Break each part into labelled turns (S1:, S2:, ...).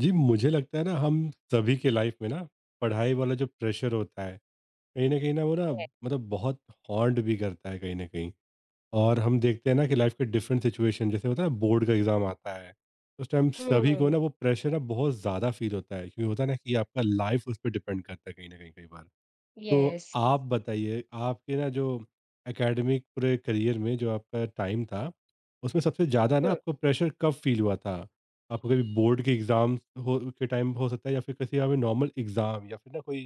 S1: जी, मुझे लगता है ना हम सभी के लाइफ में ना पढ़ाई वाला जो प्रेशर होता है, कहीं न कहीं ना वो ना
S2: Yes.
S1: मतलब बहुत हॉन्ट भी करता है कहीं न कहीं। और हम देखते हैं ना कि लाइफ के डिफरेंट सिचुएशन जैसे होता है ना बोर्ड का एग्ज़ाम आता है, उस टाइम सभी को
S2: Hmm.
S1: ना वो प्रेशर ना बहुत ज़्यादा फ़ील होता है क्योंकि होता है ना कि आपका लाइफ उस पे डिपेंड करता है कहीं न कहीं कई बार। तो
S2: Yes.
S1: आप बताइए आपके ना जो एकेडमिक पूरे करियर में जो आपका टाइम था, उसमें सबसे ज़्यादा ना
S2: Hmm.
S1: आपको प्रेशर कब फ़ील हुआ था? आपको कभी बोर्ड के एग्ज़ाम हो के टाइम हो सकता है या फिर किसी हमें नॉर्मल एग्ज़ाम या फिर ना कोई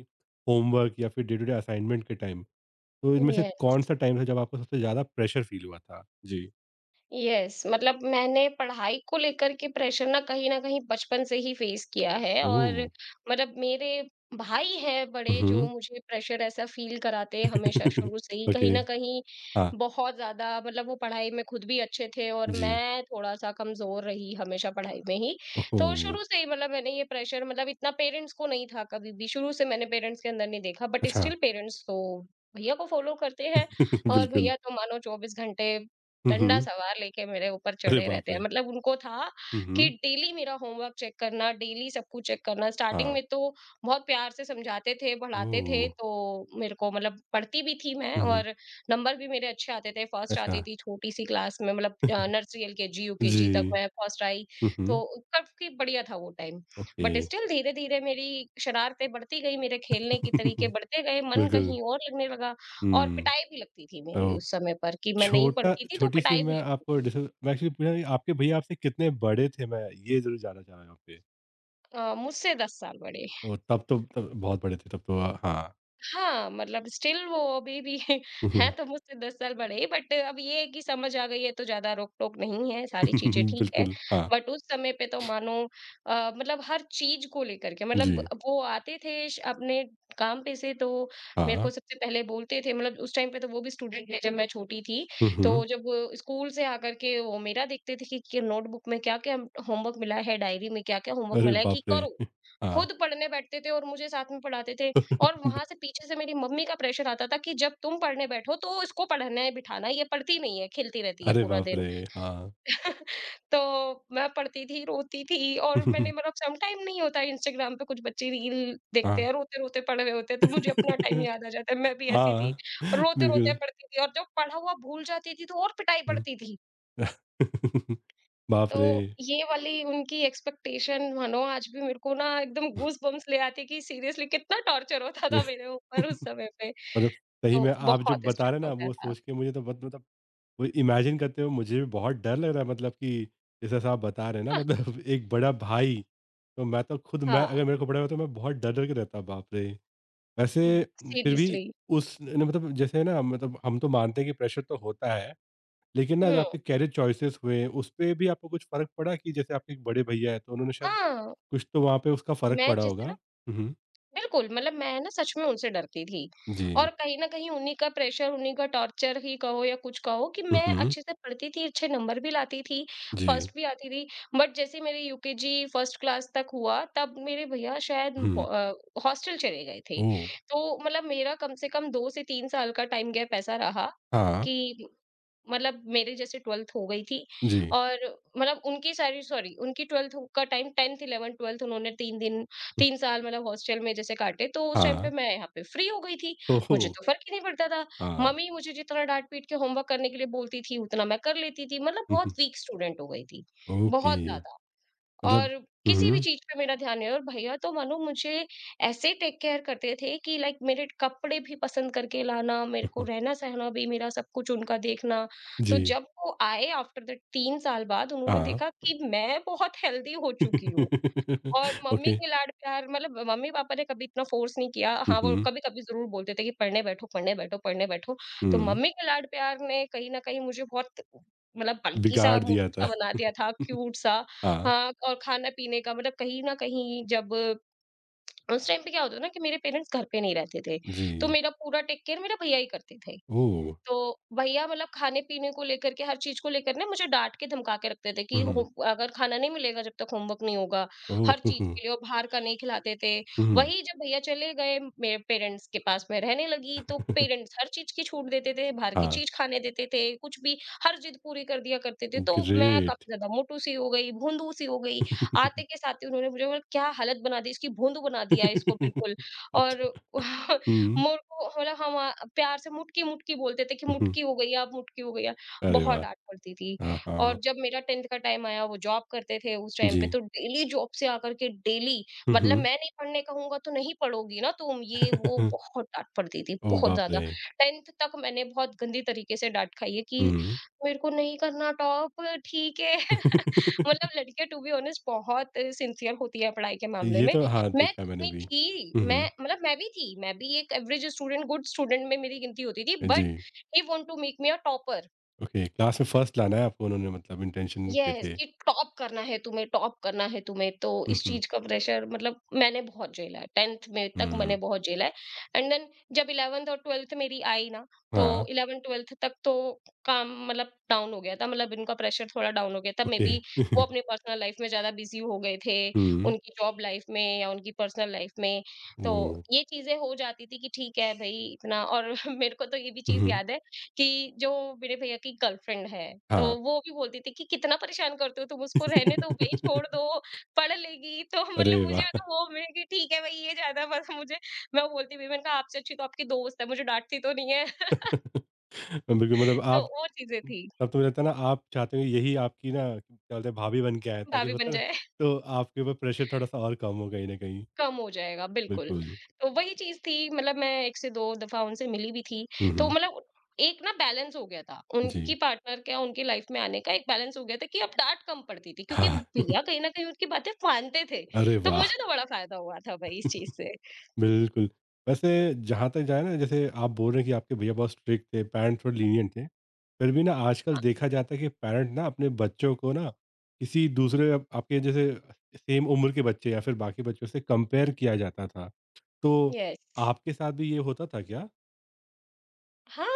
S1: होमवर्क या फिर डे टू डे असाइनमेंट के टाइम? तो इनमें से
S2: Yes.
S1: कौन-सा टाइम था जब आपको सबसे ज़्यादा प्रेशर फ़ील हुआ था? जी।
S2: यस, मतलब मैंने पढ़ाई को लेकर के प्रेशर ना कहीं न कहीं बचपन से ही फेस किया है, और
S1: ओह!
S2: मतलब मेरे भाई हैं बड़े, जो
S1: उहुँ।
S2: मुझे प्रेशर ऐसा फील कराते हैं हमेशा शुरू से ही, कहीं
S1: ओके।
S2: न कहीं
S1: हाँ,
S2: बहुत ज़्यादा। मतलब वो पढ़ाई में खुद भी अच्छे थे और
S1: जी।
S2: मैं थोड़ा-सा कमज़ोर रही हमेशा पढ़ाई में ही। तो
S1: ओह!
S2: शुरू से ही मतलब मैंने ये प्रेशर, मतलब इतना पेरेंट्स को नहीं था कभी भी, शुरू से मैंने पेरेंट्स के अंदर नहीं देखा, बट
S1: अच्छा।
S2: स्टिल पेरेंट्स तो भैया को फ़ॉलो करते हैं, और
S1: बिल्कुल।
S2: भैया तो मानो 24 घंटे
S1: हुँ,
S2: डंडा
S1: हुँ।
S2: सवार लेके मेरे ऊपर
S1: अरे
S2: चढ़े
S1: बाप
S2: रहते हैं।
S1: रे!
S2: मतलब उनको था
S1: हुँ,
S2: कि
S1: हुँ।
S2: डेली मेरा होमवर्क चेक करना, डेली सब कुछ चेक करना। स्टार्टिंग
S1: हाँ।
S2: में तो बहुत प्यार से समझाते थे, पढ़ाते थे,
S1: ओह!
S2: तो मेरे को मतलब पढ़ती भी थी मैं
S1: उहुँ।
S2: और नंबर भी मेरे अच्छे आते थे। फर्स्ट
S1: अच्छा।
S2: आती थी छोटी-सी क्लास में, मतलब नर्सरी, एलकेजी, यूकेजी तक
S1: जी।
S2: मैं फर्स्ट आई,
S1: उहुँ।
S2: तो काफ़ी बढ़िया था वो टाइम।
S1: ओके।
S2: बट स्टिल धीरे-धीरे मेरी शरारतें बढ़ती गई, मेरे खेलने के तरीके बढ़ते गए, मन
S1: बिल्कुल।
S2: कहीं और लगने लगा। और
S1: हुँ।
S2: पिटाई भी लगती थी मेरी
S1: ओह!
S2: उस समय पर, कि मैं नहीं
S1: छोटा
S2: पढ़ती थी तो
S1: छोटी-सी
S2: पिटाई भी
S1: मैं
S2: लगती
S1: आपको
S2: थी।
S1: जैसे मैं एक्चुअली पूछा कि आपके भैया आपसे कितने बड़े थे? मैं ये ज़रूर जानना चाह रहा हूँ यहाँ पे।
S2: मुझसे 10 साल बड़े।
S1: ओह! तब तो तब बहुत बड़े थे तब तो हाँ।
S2: हाँ, मतलब स्टिल वो अभी भी हैं, तो मुझसे 10 साल बड़े ही, बट अब ये है कि समझ आ गई है तो ज़्यादा रोक-टोक नहीं है, सारी चीज़ें ठीक है।
S1: बिल्कुल, हाँ।
S2: बट उस समय पे तो मानो मतलब हर चीज़ को लेकर के, मतलब
S1: जी,
S2: वो आते थे श अपने काम पे से, तो मेरे
S1: हाँ।
S2: को सबसे पहले बोलते थे, मतलब उस टाइम पे तो वो भी स्टूडेंट थे जब मैं छोटी थी।
S1: हुँ, हुँ।
S2: तो जब स्कूल से आकर के वो मेरा देखते थे कि नोटबुक में क्या-क्या होमवर्क मिला है, डायरी में क्या-क्या होमवर्क
S1: अरे
S2: मिला है कि
S1: बाप रे!
S2: करो।
S1: हाँ।
S2: खुद पढ़ने बैठते थे और मुझे साथ में पढ़ाते थे। और वहाँ से पीछे से मेरी मम्मी का प्रेशर आता था कि जब तुम पढ़ने बैठो तो इसको पढ़ने बिठाना, ये पढ़ती नहीं है, खेलती रहती है
S1: अरे
S2: पूरा
S1: बाप रे!
S2: दिन।
S1: हाँ।
S2: तो मैं पढ़ती थी, रोती थी, और मैंने, मतलब सम टाइम नहीं होता इंस्टाग्राम पे कुछ बच्चे रील देखते
S1: हाँ।
S2: हैं, रोते-रोते पढ़ रहे होते हैं, तो मुझे अपना टाइम याद आ जाता है। मैं भी ऐसी थी,
S1: हाँ,
S2: रोते-रोते
S1: बिल्कुल।
S2: पढ़ती थी, और जब पढ़ा हुआ भूल जाती थी तो और पिटाई
S1: हुँ।
S2: पड़ती थी।
S1: बाप
S2: तो
S1: रे!
S2: ये वाली उनकी एक्सपेक्टेशन मानो आज भी मेरे को ना एकदम गूज़बम्प्स ले आती है, कि सीरियसली कितना टॉर्चर होता था मेरे ऊपर उस समय पे।
S1: मतलब सही
S2: तो
S1: में आप जो
S2: बहुत
S1: बता रहे
S2: स्ट्रिक्ट
S1: हैं ना
S2: होता
S1: वो
S2: था।
S1: सोच के मुझे तो बहुत मतलब वो इमेजिन करते हुए मुझे भी बहुत डर लग रहा है मतलब कि जैसा आप बता रहे हैं ना मतलब एक बड़ा भाई, तो मैं तो खुद मैं
S2: हाँ,
S1: अगर मेरे को पड़ा होता तो मैं बहुत डर-डर के रहता, बाप रे!
S2: उम,
S1: वैसे फिर भी
S2: सीरियसली।
S1: उस न मतलब जैसे ना मतलब हम तो मानते हैं कि प्रेशर तो होता है, लेकिन ना जो
S2: हुँ,
S1: आपके करियर चॉइसेस हुए, उसपे भी आपको कुछ फ़र्क पड़ा कि जैसे आपके एक बड़े भैया हैं, तो उन्होंने शायद
S2: हाँ,
S1: कुछ तो वहाँ पे उसका फ़र्क
S2: मैं
S1: पड़ा होगा?
S2: जैसे ना,
S1: हुँ, हुँ।
S2: बिल्कुल, मतलब मैं ना सच में उनसे डरती थी,
S1: जी।
S2: और कहीं न कहीं उन्हीं का प्रेशर, उन्हीं का टॉर्चर ही कहो या कुछ कहो, कि
S1: हुँ,
S2: मैं
S1: हुँ।
S2: अच्छे से पढ़ती थी, अच्छे नंबर भी लाती थी,
S1: जी।
S2: फर्स्ट भी आती थी। बट जैसे मेरे यूकेजी फर्स्ट क्लास तक हुआ, तब मेरे भैया शायद
S1: हुँ।
S2: ब हॉस्टल चले गए थे।
S1: ओह!
S2: तो मतलब मेरा कम से कम 2 से 3 साल का टाइम गैप ऐसा रहा
S1: हाँ।
S2: कि मतलब मेरे जैसे 12th हो गई थी,
S1: जी।
S2: और मतलब उनकी सारी, सॉरी, उनकी 12th का टाइम, 10th, 11th, 12th उन्होंने
S1: हुँ,
S2: 3 साल मतलब हॉस्टल में जैसे काटे, तो उस टाइम पे
S1: हाँ।
S2: मैं यहाँ पे फ्री हो गई थी।
S1: ओहो!
S2: मुझे तो फ़र्क ही नहीं पड़ता था।
S1: हाँ।
S2: मम्मी मुझे जितना डाँट-पीट के होमवर्क करने के लिए बोलती थी उतना मैं कर लेती थी। मतलब
S1: हुँ, हुँ।
S2: बहुत वीक स्टूडेंट हो गई थी,
S1: ओके।
S2: बहुत ज़्यादा,
S1: मतलब
S2: और
S1: हुँ,
S2: किसी भी
S1: हुँ।
S2: चीज़ पे मेरा ध्यान नहीं, और भैया तो मानो मुझे ऐसे टेक केयर करते थे कि लाइक मेरे कपड़े भी पसंद करके लाना, मेरे
S1: हुँ,
S2: को
S1: हुँ।
S2: रहना-सहना भी, मेरा सब कुछ उनका देखना। तो
S1: जी।
S2: जब वो आए आफ्टर द 3 साल बाद, उन्होंने
S1: हाँ।
S2: देखा कि मैं बहुत हेल्दी हो चुकी हूँ। और मम्मी
S1: ओके।
S2: के लाड प्यार, मतलब मम्मी-पापा ने कभी इतना फ़ोर्स नहीं किया।
S1: हुँ,
S2: हाँ, वो
S1: हुँ।
S2: कभी-कभी ज़रूर बोलते थे कि पढ़ने बैठो, पढ़ने बैठो, पढ़ने बैठो। तो
S1: हुँ।
S2: मम्मी के लाड प्यार ने कहीं न कहीं मुझे बहुत, मतलब बल्की-सा,
S1: बिगाड़ दिया
S2: मोटू-सा
S1: था।
S2: बना दिया था, क्यूट-सा।
S1: हाँ।
S2: हाँ, और खाना-पीने का मतलब कहीं न कहीं, जब उस टाइम पे क्या होता था ना कि मेरे पेरेंट्स घर पे नहीं रहते थे। तो
S1: जी।
S2: मेरा पूरा टेक केयर मेरे भैया ही करते थे।
S1: ओह!
S2: तो भैया मतलब खाने-पीने को लेकर के, हर चीज़ को लेकर ना मुझे डाँट के धमका के रखते थे कि
S1: हुँ,
S2: हो
S1: हुँ।
S2: अगर खाना नहीं मिलेगा जब तक होमवर्क नहीं होगा,
S1: ओह!
S2: हर
S1: हुँ,
S2: चीज़
S1: हुँ।
S2: के लिए, और बाहर का नहीं खिलाते थे।
S1: हुँ।
S2: वहीं जब भैया चले गए, मेरे पेरेंट्स के पास मैं रहने लगी, तो पेरेंट्स हर चीज़ की छूट देते थे, बाहर की
S1: हाँ,
S2: चीज़ खाने देते थे, कुछ भी, हर ज़िद पूरी कर दिया करते थे। तो मैं काफ़ी
S1: ग्रेट।
S2: ज़्यादा मोटू सी हो गई, भोंदू सी हो गई। आते के साथ ही उन्होंने मुझे बोला, क्या हालत बना दी इसकी, भोंदू बना दिया है इसको बिल्कुल। और
S1: अच्छा। हुँ,
S2: मोर को, मतलब हम प्यार से मुटकी-मुटकी बोलते थे, कि
S1: हुँ।
S2: मुटकी हो गई आप, मुटकी हो गई आप।
S1: अरे
S2: बहुत
S1: वाह!
S2: डाँट पड़ती थी।
S1: हाँ, हाँ।
S2: और जब मेरा 10th का टाइम आया, वो जॉब करते थे उस टाइम
S1: जी।
S2: पे, तो डेली जॉब से आकर के डेली,
S1: हुँ,
S2: मतलब
S1: हुँ।
S2: मैं नहीं पढ़ने कहूँगा तो नहीं पढ़ोगी ना तुम, ये वो, बहुत डाँट पड़ती थी,
S1: ओह
S2: बहुत
S1: बाप
S2: ज़्यादा।
S1: रे!
S2: 10th तक मैंने बहुत गंदी तरीके से डाँट खाई है, कि
S1: हुँ।
S2: मेरे को नहीं करना टॉप, ठीक है। मतलब लड़कियाँ टू बी ऑनेस्ट बहुत सिंसियर होती है पढ़ाई के मामले
S1: ये
S2: में।
S1: तो हाँ,
S2: मैं
S1: देखा है मैंने
S2: इतनी
S1: भी।
S2: थी,
S1: हुँ,
S2: मैं,
S1: हुँ।
S2: मतलब मैं भी थी, मैं भी एक एवरेज स्टूडेंट, गुड स्टूडेंट में मेरी गिनती होती थी,
S1: जी।
S2: But he want to make me a topper.
S1: Okay, class में फर्स्ट लाना है आपको उन्होंने मतलब इंटेंशन के
S2: यस,
S1: थे।
S2: कि टॉप करना है तुम्हें, टॉप करना है तुम्हें, तो
S1: हुँ,
S2: इस
S1: हुँ।
S2: चीज़ का प्रेशर मतलब मैंने बहुत झेला है, 10th में तक
S1: हुँ।
S2: मैंने बहुत झेला है। एंड देन जब 11th और 12th मेरी आई ना, तो
S1: हाँ,
S2: 11th-12th तक तो काम, मतलब डाउन हो गया था, मतलब इनका प्रेशर थोड़ा डाउन हो गया था, मे
S1: ओके।
S2: बी वो अपने पर्सनल लाइफ में ज़्यादा बिज़ी हो गए थे,
S1: हुँ।
S2: उनकी जॉब लाइफ में या उनकी पर्सनल लाइफ में,
S1: ओह!
S2: तो ये चीज़ें हो जाती थी कि ठीक है भई, इतना। और मेरे को तो ये भी
S1: हुँ,
S2: चीज़
S1: हुँ।
S2: याद है कि जो मेरे भैया की गर्लफ्रेंड है, तो
S1: हाँ।
S2: वो भी बोलती थी कि कितना परेशान करते हो तुम उसको, रहने दो भई, छोड़ दो, पढ़ लेगी। तो
S1: अरे
S2: मतलब मुझे,
S1: वाह!
S2: मतलब वो, मैं कि ठीक है भई, ये ज़्यादा, बस मुझे, मैं वो बोलती भी, मैंने कहा आपसे अच्छी तो आपकी दोस्त है, मुझे डाँटती तो नहीं है।
S1: बिल्कुल मतलब
S2: तो
S1: आप
S2: वो चीज़ें थी,
S1: तब तो मुझे लगता है ना आप चाहते हो कि यही आपकी ना क्या बोलते हैं भाभी बन के आए ताकि
S2: भाभी
S1: होता
S2: बन
S1: है ना,
S2: जाए।
S1: तो आपके ऊपर प्रेशर थोड़ा-सा और कम हो कहीं न कहीं।
S2: कम हो जाएगा, बिल्कुल।
S1: बिल्कुल।
S2: तो वही चीज़ थी मतलब मैं 1 से 2 दफ़ा उनसे मिली भी थी।
S1: हुँ,
S2: तो
S1: हुँ।
S2: मतलब एक ना बैलेंस हो गया था,
S1: जी। हाँ।
S2: उनकी पार्टनर का उनकी लाइफ़ में आने का एक बैलेंस हो गया था, कि अब डाँट कम पड़ती थी क्योंकि भैया कहीं न कहीं उनकी बातें मानते थे।
S1: अरे
S2: तो
S1: वाह!
S2: मुझे तो बड़ा फ़ायदा हुआ था भाई इस चीज़ से।
S1: बिल्कुल। वैसे जहाँ तक जाए ना जैसे आप बोल रहे हैं कि आपके भैया बहुत स्ट्रिक्ट थे, पैरेंट्स थोड़े लीनिएंट थे। फिर भी ना आजकल
S2: हाँ,
S1: देखा जाता है कि पैरेंट ना अपने बच्चों को ना किसी दूसरे आप आपके जैसे सेम उम्र के बच्चे या फिर बाकी बच्चों से कंपेयर किया जाता था। तो
S2: यस।
S1: आपके साथ भी ये होता था क्या?
S2: हाँ,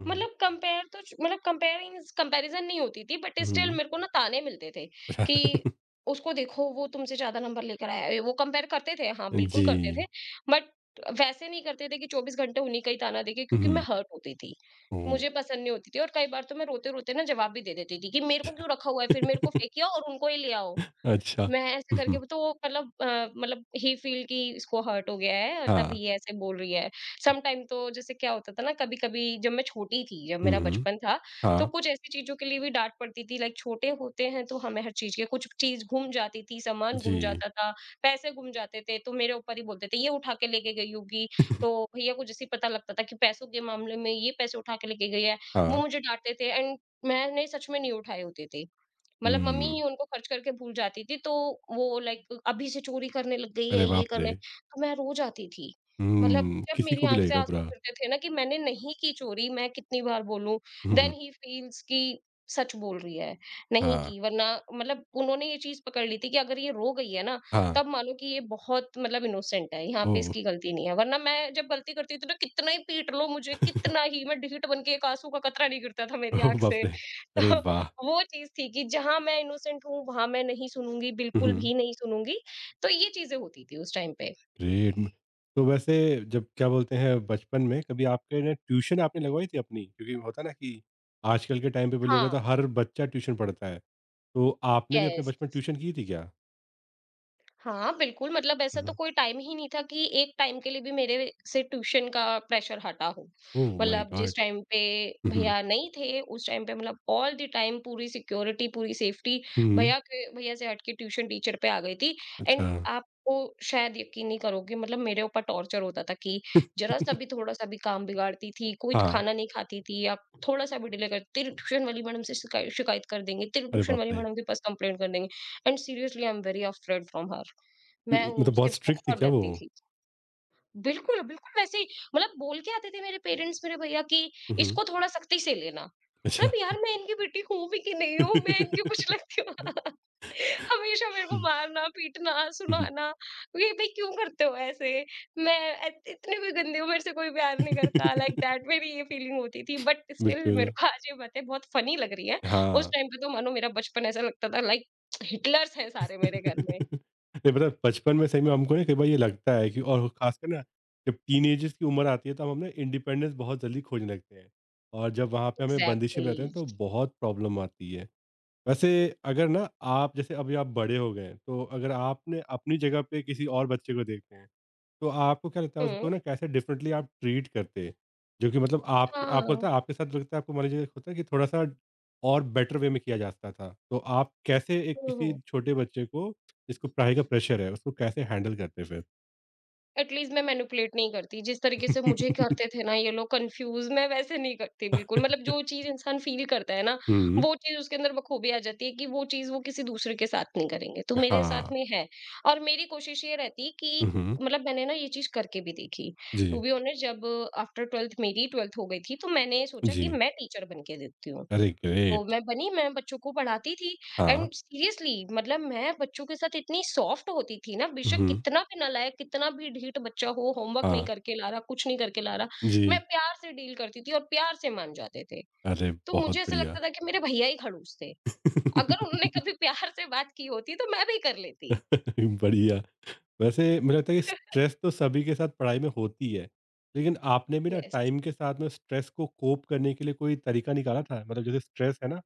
S1: हुँ,
S2: मतलब कंपेयर तो च मतलब कंपेयरिंग, कंपैरिज़न नहीं होती थी, बट स्टिल
S1: हुँ,
S2: मेरे को ना ताने मिलते थे
S1: अच्छा
S2: कि उसको देखो, वो तुमसे ज़्यादा नंबर लेकर आया है। वो कंपेयर करते थे, हाँ, बिल्कुल करते थे,
S1: जी।
S2: बट वैसे नहीं करते थे कि 24 घंटे उन्हीं का ही ताना देके,
S1: हुँ,
S2: क्योंकि मैं
S1: हुँ,
S2: हर्ट होती थी।
S1: ओह!
S2: मुझे पसंद नहीं होती थी, और कई बार तो मैं रोते-रोते ना जवाब भी दे देती थी कि मेरे को क्यों रखा हुआ है? फिर मेरे को फेंकिए और उनको ही ले आओ।
S1: अच्छा।
S2: मैं ऐसे
S1: हुँ,
S2: करके
S1: हुँ,
S2: तो वो मतलब मतलब ही फील कि इसको हर्ट हो गया है और
S1: हाँ।
S2: तभी ये ऐसे बोल रही है। सम टाइम तो जैसे क्या होता था ना, कभी-कभी जब मैं छोटी थी, जब
S1: हुँ,
S2: मेरा
S1: हुँ,
S2: बचपन था, तो
S1: हाँ,
S2: कुछ ऐसी चीज़ों के लिए भी डाँट पड़ती थी, लाइक छोटे होते हैं तो हमें हर चीज़ के, कुछ चीज़ गुम जाती थी, सामान गुम
S1: जी,
S2: जाता था, पैसे गुम जाते थे, तो मेरे ऊपर ही बोलते थे, "ये उठा के लेके गई होगी।" तो भैया को जैसे ही पता लगता था कि पैसों के मामले में ये पैसे उठा के लेके गई है, वो
S1: हाँ।
S2: मुझे डाँटते थे, एंड मैंने सच में नहीं उठाए होते थे। मतलब मम्मी
S1: हुँ,
S2: ही उनको खर्च करके भूल जाती थी, तो वो लाइक, अभी से चोरी करने लग गई
S1: अरे
S2: है, ये
S1: बाप रे!
S2: करने, तो मैं रो जाती थी। मतलब
S1: हुँ,
S2: जब
S1: किसी
S2: मेरी
S1: को भी
S2: आँख से
S1: लगेगा
S2: आँसू
S1: बुरा।
S2: गिरते थे ना कि मैंने नहीं की चोरी, मैं कितनी बार बोलूँ?
S1: हुँ, हुँ।
S2: देन ही फील्स कि सच बोल रही है, नहीं
S1: हाँ,
S2: की वरना। मतलब उन्होंने ये चीज़ पकड़ ली थी कि अगर ये रो गई है ना,
S1: हाँ।
S2: तब मानो कि ये बहुत मतलब इनोसेंट है, यहाँ पे
S1: ओह!
S2: इसकी गलती नहीं है। वरना मैं जब गलती करती थी ना कितना ही पीट लो मुझे, कितना ही मैं ढीठ बन के एक आँसू का कतरा नहीं गिरता था मेरी
S1: ओह
S2: आँख
S1: बाप
S2: से।
S1: रे! अरे वाह!
S2: वो चीज़ थी कि जहाँ मैं इनोसेंट हूँ, वहाँ मैं नहीं सुनूँगी,
S1: हुँ,
S2: बिल्कुल
S1: हुँ।
S2: भी नहीं सुनूँगी। तो ये चीज़ें होती थी उस टाइम पे।
S1: ग्रेट। हुँ। तो वैसे जब क्या बोलते हैं बचपन में कभी आपके ना ट्यूशन आपने लगवाई थी अपनी? क्योंकि होता है ना कि आजकल के टाइम पे बोलिएगा
S2: हाँ,
S1: तो हर बच्चा ट्यूशन पढ़ता है। तो आपने भी अपने
S2: येस।
S1: बचपन ट्यूशन की थी क्या?
S2: हाँ, बिल्कुल मतलब ऐसा
S1: हुँ,
S2: तो
S1: हुँ।
S2: कोई टाइम ही नहीं था कि एक टाइम के लिए भी मेरे से ट्यूशन का प्रेशर हटा हो।
S1: ओह माय
S2: मतलब
S1: गॉड!
S2: जिस टाइम पे
S1: हुँ, हुँ।
S2: भैया नहीं थे, उस टाइम पे मतलब ऑल द टाइम पूरी सिक्योरिटी, पूरी सेफ्टी
S1: हुँ,
S2: भैया के भैया से हट के ट्यूशन टीचर पे आ गई थी।
S1: अच्छा।
S2: एंड आपको शायद यकीन नहीं करोगे मतलब मेरे ऊपर टॉर्चर होता था कि ज़रा-सा भी, थोड़ा-सा भी काम बिगाड़ती थी, कुछ
S1: हाँ।
S2: खाना नहीं खाती थी या थोड़ा-सा भी डिले करती, "तेरी ट्यूशन वाली मैडम से शिकायत कर देंगे, तेरी
S1: अरे
S2: ट्यूशन
S1: बाप
S2: वाली
S1: रे!
S2: मैडम के पास कंप्लेंट कर देंगे।" And seriously I am very afraid from her.
S1: क्यों
S2: मैं
S1: मतलब
S2: उनसे
S1: बहुत स्ट्रिक्ट थी
S2: बहुत
S1: क्या वो?
S2: डरती थी। बिल्कुल, बिल्कुल वैसे ही मतलब बोल के आते थे मेरे पेरेंट्स मेरे भैया कि
S1: हुँ, हुँ।
S2: इसको थोड़ा सख्ती से लेना।
S1: अच्छा।
S2: मतलब यार मैं इनकी बेटी हूँ भी कि नहीं हूँ, मैं इनकी कुछ लगती हूँ। हमेशा मेरे को
S1: हुँ, हुँ,
S2: मारना, पीटना,
S1: हुँ।
S2: सुनाना, ये भाई क्यों करते हो ऐसे? मैं इत इतनी भी गंदी हूँ, मेरे से कोई प्यार नहीं करता लाइक दैट मेरी ये फीलिंग होती थी। बट स्टिल मेरे
S1: बिल्कुल,
S2: को आज ये बातें बहुत फनी लग रही हैं। उस
S1: हाँ।
S2: टाइम पे तो मानो मेरा बचपन ऐसा लगता था लाइक हिटलर्स हैं सारे मेरे घर में।
S1: नहीं पता है बचपन में सही में हमको ना कई बार ये लगता है कि और ख़ासकर ना जब टीनेजर्स की उम्र आती है तो हम ना इंडिपेंडेंस बहुत जल्दी खोजने लगते हैं और जब वहाँ पे हमें बंदिशें में रहते
S2: एग्ज़ैक्टली।
S1: हैं तो बहुत प्रॉब्लम आती है। वैसे अगर ना आप जैसे अभी आप बड़े हो गए हैं, तो अगर आपने अपनी जगह पे किसी और बच्चे को देखते हैं, तो आपको क्या लगता है उसको
S2: हुँ,
S1: ना कैसे डिफरेंटली आप ट्रीट करते? जो कि मतलब आप आपको
S2: हाँ।
S1: लगता है आपके साथ लगता है आपको मान लीजिए होता है कि थोड़ा-सा और बेटर वे में किया जाता था। तो आप कैसे एक
S2: हुँ,
S1: किसी
S2: हुँ।
S1: छोटे बच्चे को जिसको पढ़ाई का प्रेशर है उसको कैसे हैंडल करते फिर?
S2: एटलीस्ट मैं मैनिपुलेट नहीं करती, जिस तरीके से मुझे करते थे ना ये लोग कन्फ्यूज़ मैं वैसे नहीं करती बिल्कुल, मतलब जो चीज़ इंसान फ़ील करता है ना,
S1: हुँ।
S2: वो चीज़ उसके अंदर बखूबी आ जाती है कि वो चीज़ वो किसी दूसरे के साथ नहीं करेंगे, तो मेरे साथ
S1: हाँ।
S2: में है। और मेरी कोशिश ये रहती कि
S1: हुँ, हुँ।
S2: मतलब मैंने ना ये चीज़ करके भी देखी, टू
S1: जी,
S2: बी ऑनेस्ट जब आफ्टर 12th मेरी 12th हो गई थी, तो मैंने सोचा कि
S1: जी।
S2: मैं टीचर बन के देखती हूँ।
S1: अरे
S2: तो
S1: ग्रेट!
S2: मैं बनी, मैं बच्चों को पढ़ाती थी
S1: हाँ।
S2: एंड सीरियसली मतलब मैं बच्चों के साथ इतनी सॉफ्ट होती थी ना, बेशक
S1: हुँ,
S2: कितना भी नालायक, कितना भी ढीठ बच्चा हो, होमवर्क नहीं
S1: हाँ।
S2: करके ला रहा, कुछ नहीं करके ला रहा,
S1: जी।
S2: मैं प्यार से डील करती थी और प्यार से मान जाते थे।
S1: अरे
S2: तो
S1: बहुत
S2: मुझे ऐसा
S1: बढ़िया।
S2: लगता था कि मेरे भैया ही खड़ूस थे। अगर उन्होंने कभी प्यार से बात की होती तो मैं भी कर लेती।
S1: बढ़िया। वैसे मुझे लगता है कि स्ट्रेस तो सभी के साथ पढ़ाई में होती है, लेकिन आपने भी ना
S2: यस।
S1: टाइम के साथ में स्ट्रेस को कोप करने के लिए कोई तरीका निकाला था? मतलब जैसे स्ट्रेस है ना,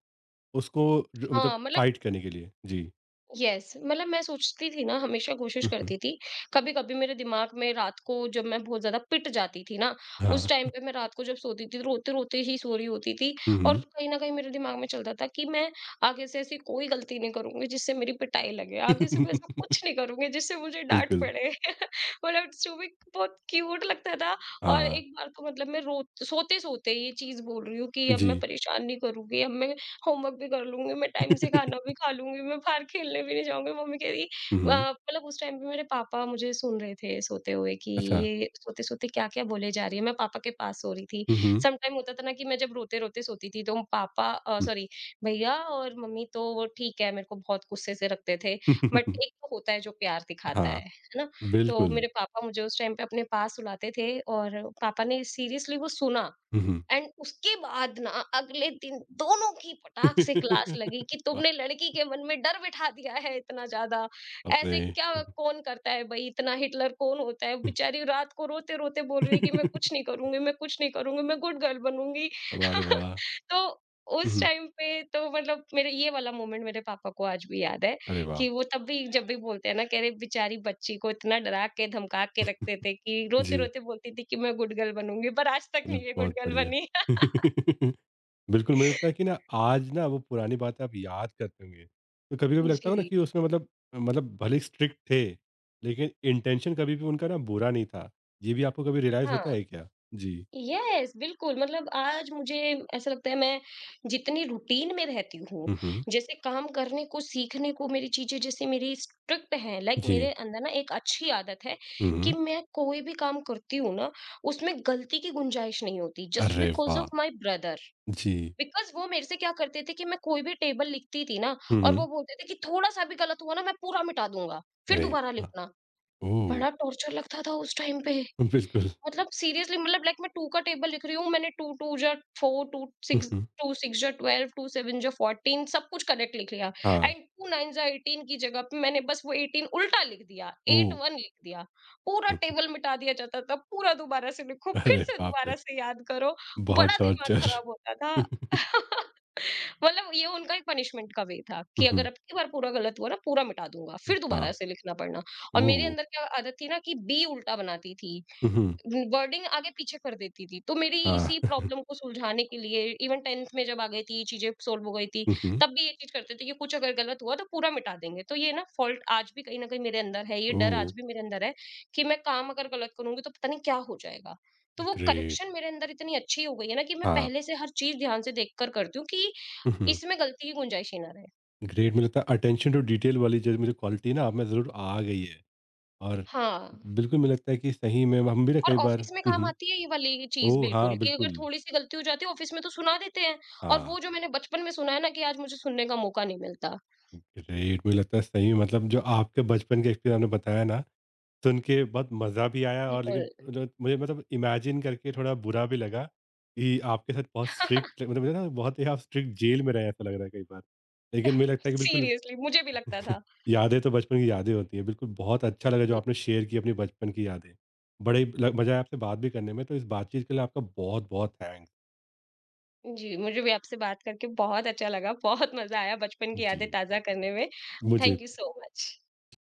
S1: उसको र मतलब
S2: हाँ, मतलब
S1: फाइट करने के लिए? जी।
S2: यस yes, मतलब मैं सोचती थी ना हमेशा कोशिश
S1: हुँ, हुँ।
S2: करती थी। कभी कभी मेरे दिमाग में रात को जब मैं बहुत ज्यादा पिट जाती थी ना उस
S1: हाँ।
S2: टाइम पे मैं रात को जब सोती थी रोते रोते ही सो रही होती थी
S1: हुँ,
S2: और
S1: हुँ।
S2: कहीं ना कहीं मेरे दिमाग में चलता था कि मैं आगे से ऐसी कोई गलती नहीं करूंगी जिससे मेरी पिटाई लगे, आगे से मैं ऐसा कुछ नहीं करूंगी जिससे मुझे डांट
S1: बिल्कुल।
S2: पड़े। मतलब जो भी बहुत क्यूट लगता था। और
S1: हाँ।
S2: एक बार तो मतलब मैं रो सोते सोते ये चीज बोल रही हूँ कि अब मैं
S1: जी।
S2: परेशान नहीं करूंगी, अब मैं होमवर्क भी कर लूँगी, मैं टाइम से खाना भी खा लूँगी, मैं बाहर खेलने भी नहीं जाऊँगी। मम्मी कह रही
S1: हुँ, हुँ।
S2: मतलब उस टाइम पे मेरे पापा मुझे सुन रहे थे सोते हुए कि
S1: अच्छा।
S2: ये सोते-सोते क्या-क्या बोले जा रही है। मैं पापा के पास सो रही थी।
S1: हुँ, हुँ।
S2: सम टाइम होता था ना कि मैं जब रोते-रोते सोती थी तो पापा
S1: हुँ।
S2: सॉरी भैया और मम्मी तो वो ठीक है, मेरे को बहुत गुस्से से रखते थे। बट एक तो होता है जो प्यार दिखाता
S1: हाँ,
S2: है ना? तो
S1: बिल्कुल।
S2: मेरे पापा मुझे उस टाइम पे अपने पास सुलाते थे और पापा ने सीरियसली वो सुना।
S1: हुँ, हुँ।
S2: एंड उसके बाद ना अगले दिन दोनों की पटाख से क्लास लगी कि
S1: वाह!
S2: तुमने लड़की के मन में डर बिठा दिया है इतना ज्यादा।
S1: बाप रे!
S2: ऐसे क्या कौन करता है भाई, इतना हिटलर कौन होता है, बेचारी रात को रोते रोते बोल रही है कि मैं कुछ नहीं करूंगी, मैं कुछ नहीं करूंगी, मैं गुड गर्ल बनूंगी।
S1: वाह रे वाह!
S2: तो
S1: हुँ,
S2: उस
S1: हुँ।
S2: टाइम पे तो मतलब मेरे ये वाला मोमेंट मेरे पापा को आज भी याद है
S1: अरे वाह!
S2: कि वो तब भी जब भी बोलते हैं ना कह रहे बेचारी बच्ची को इतना डरा के धमका के रखते थे कि रोते
S1: जी।
S2: रोते बोलती थी कि मैं गुड गर्ल बनूंगी, पर आज तक
S1: अरे,
S2: नहीं ये गुड
S1: बहुत
S2: गर्ल
S1: बढ़िया।
S2: बनी।
S1: बिल्कुल, मुझे लगता है कि ना आज ना वो पुरानी बातें आप याद करते होंगे, तो कभी-कभी लगता होगा ना
S2: जी,
S1: कि उसमें मतलब मतलब भले ही स्ट्रिक्ट थे, लेकिन इंटेंशन कभी भी उनका ना बुरा नहीं था। ये भी आपको कभी रियलाइज़ होता
S2: हाँ,
S1: है क्या? जी।
S2: यस बिल्कुल मतलब आज मुझे ऐसा लगता है मैं जितनी रूटीन में रहती हूँ,
S1: हुँ, हुँ।
S2: जैसे काम करने को, सीखने को मेरी चीज़ें जैसे मेरी स्ट्रिक्ट हैं लाइक
S1: जी।
S2: मेरे अंदर ना एक अच्छी आदत है
S1: हुँ,
S2: कि
S1: हुँ।
S2: मैं कोई भी काम करती हूँ ना, उसमें गलती की गुंजाइश नहीं होती जस्ट
S1: अरे
S2: बिकॉज़
S1: वाह!
S2: Of my brother.
S1: जी।
S2: बिकॉज़ वो मेरे से क्या करते थे कि मैं कोई भी टेबल लिखती थी ना
S1: हुँ,
S2: और
S1: हुँ।
S2: वो बोलते थे कि थोड़ा-सा भी गलत हुआ ना मैं पूरा मिटा दूँगा, फिर
S1: अरे!
S2: दोबारा
S1: हाँ।
S2: लिखना।
S1: ओह!
S2: बड़ा टॉर्चर लगता था उस टाइम पे।
S1: बिल्कुल।
S2: मतलब सीरियसली मतलब लाइक मैं 2 का टेबल लिख रही हूँ, मैंने 2 2 जा 4, 2
S1: हुँ,
S2: 6
S1: हुँ।
S2: 2 6 जा 12, 2 7 जा 14 सब कुछ करेक्ट लिख लिया
S1: हाँ।
S2: एंड 2 9 जा 18 की जगह पे मैंने बस वो 18 उल्टा लिख दिया,
S1: ओह!
S2: 81 लिख दिया। पूरा टेबल मिटा दिया जाता था, पूरा दोबारा से लिखो, फिर
S1: अरे
S2: से
S1: बाप रे!
S2: दोबारा से याद करो,
S1: बहुत
S2: बड़ा दिमाग
S1: टॉर्चर।
S2: खराब होता था।
S1: हुँ,
S2: मतलब ये उनका एक पनिशमेंट का वे था कि
S1: हुँ।
S2: अगर अब की बार पूरा गलत हुआ ना, पूरा मिटा दूँगा, फिर दोबारा
S1: हाँ।
S2: से लिखना पड़ना। और मेरे
S1: ओह!
S2: अंदर क्या आदत थी ना कि बी उल्टा बनाती थी।
S1: हुँ, हुँ।
S2: वर्डिंग आगे पीछे कर देती थी। तो मेरी
S1: हाँ।
S2: इसी प्रॉब्लम को सुलझाने के लिए इवन 10th में जब आ गई थी, ये चीज़ें सॉल्व हो गई थी,
S1: हुँ,
S2: तब भी ये चीज़ करते थे कि कुछ अगर गलत हुआ तो पूरा मिटा देंगे। तो ये ना फ़ॉल्ट आज भी कहीं न कहीं मेरे अंदर है, ये डर
S1: ओह!
S2: आज भी मेरे अंदर है कि मैं काम अगर गलत करूँगी तो पता नहीं क्या हो जाएगा। तो वो
S1: ग्रेट
S2: करेक्शन मेरे अंदर इतनी अच्छी हो गई है ना कि मैं
S1: हाँ,
S2: पहले से हर चीज़ ध्यान से देखकर करती हूँ कि
S1: हुँ, हुँ,
S2: इसमें गलती की गुंजाइश ही ना रहे।
S1: ग्रेट मुझे लगता है अटेंशन टू डिटेल वाली जो मुझे क्वालिटी ना आप में ज़रूर आ गई है और
S2: हाँ।
S1: बिल्कुल मुझे लगता है कि सही में हम भी ना
S2: और
S1: कई बार
S2: ऑफिस में
S1: हुँ,
S2: काम
S1: हुँ,
S2: आती है ये वाली चीज़
S1: ओह! हाँ,
S2: बिल्कुल कि अगर
S1: बिल्कुल,
S2: थोड़ी-सी गलती हो जाती है ऑफिस में तो सुना देते हैं और
S1: हाँ,
S2: वो जो मैंने बचपन में सुना है ना कि आज मुझे सुनने का मौका नहीं मिलता।
S1: ग्रेट मुझे लगता है सही में मतलब जो आपके बचपन के एक्सपीरियंस आपने बताया ना, सुन के बहुत मज़ा भी आया और लेकिन
S2: बिल्कुल।
S1: मतलब मुझे मतलब इमेजिन करके थोड़ा बुरा भी लगा कि आपके साथ बहुत स्ट्रिक्ट मतलब मुझे ना बहुत ही आप स्ट्रिक्ट जेल में रहे हैं ऐसा लग रहा है कई बार। लेकिन मुझे लगता है कि बिल्कुल
S2: सीरियसली मुझे भी लगता था।
S1: यादें तो बचपन की यादें होती हैं। बिल्कुल, बहुत अच्छा लगा जो
S2: जी।
S1: आपने शेयर की अपनी बचपन की यादें। बड़े ल मज़ा आया आपसे बात भी करने में, तो इस बातचीत के लिए आपका बहुत-बहुत थैंक्स।
S2: जी, मुझे भी आपसे बात करके बहुत अच्छा लगा, बहुत मज़ा आया बचपन की
S1: जी।
S2: यादें ताज़ा करने में।
S1: मुझे
S2: थैंक यू
S1: भी।
S2: So much.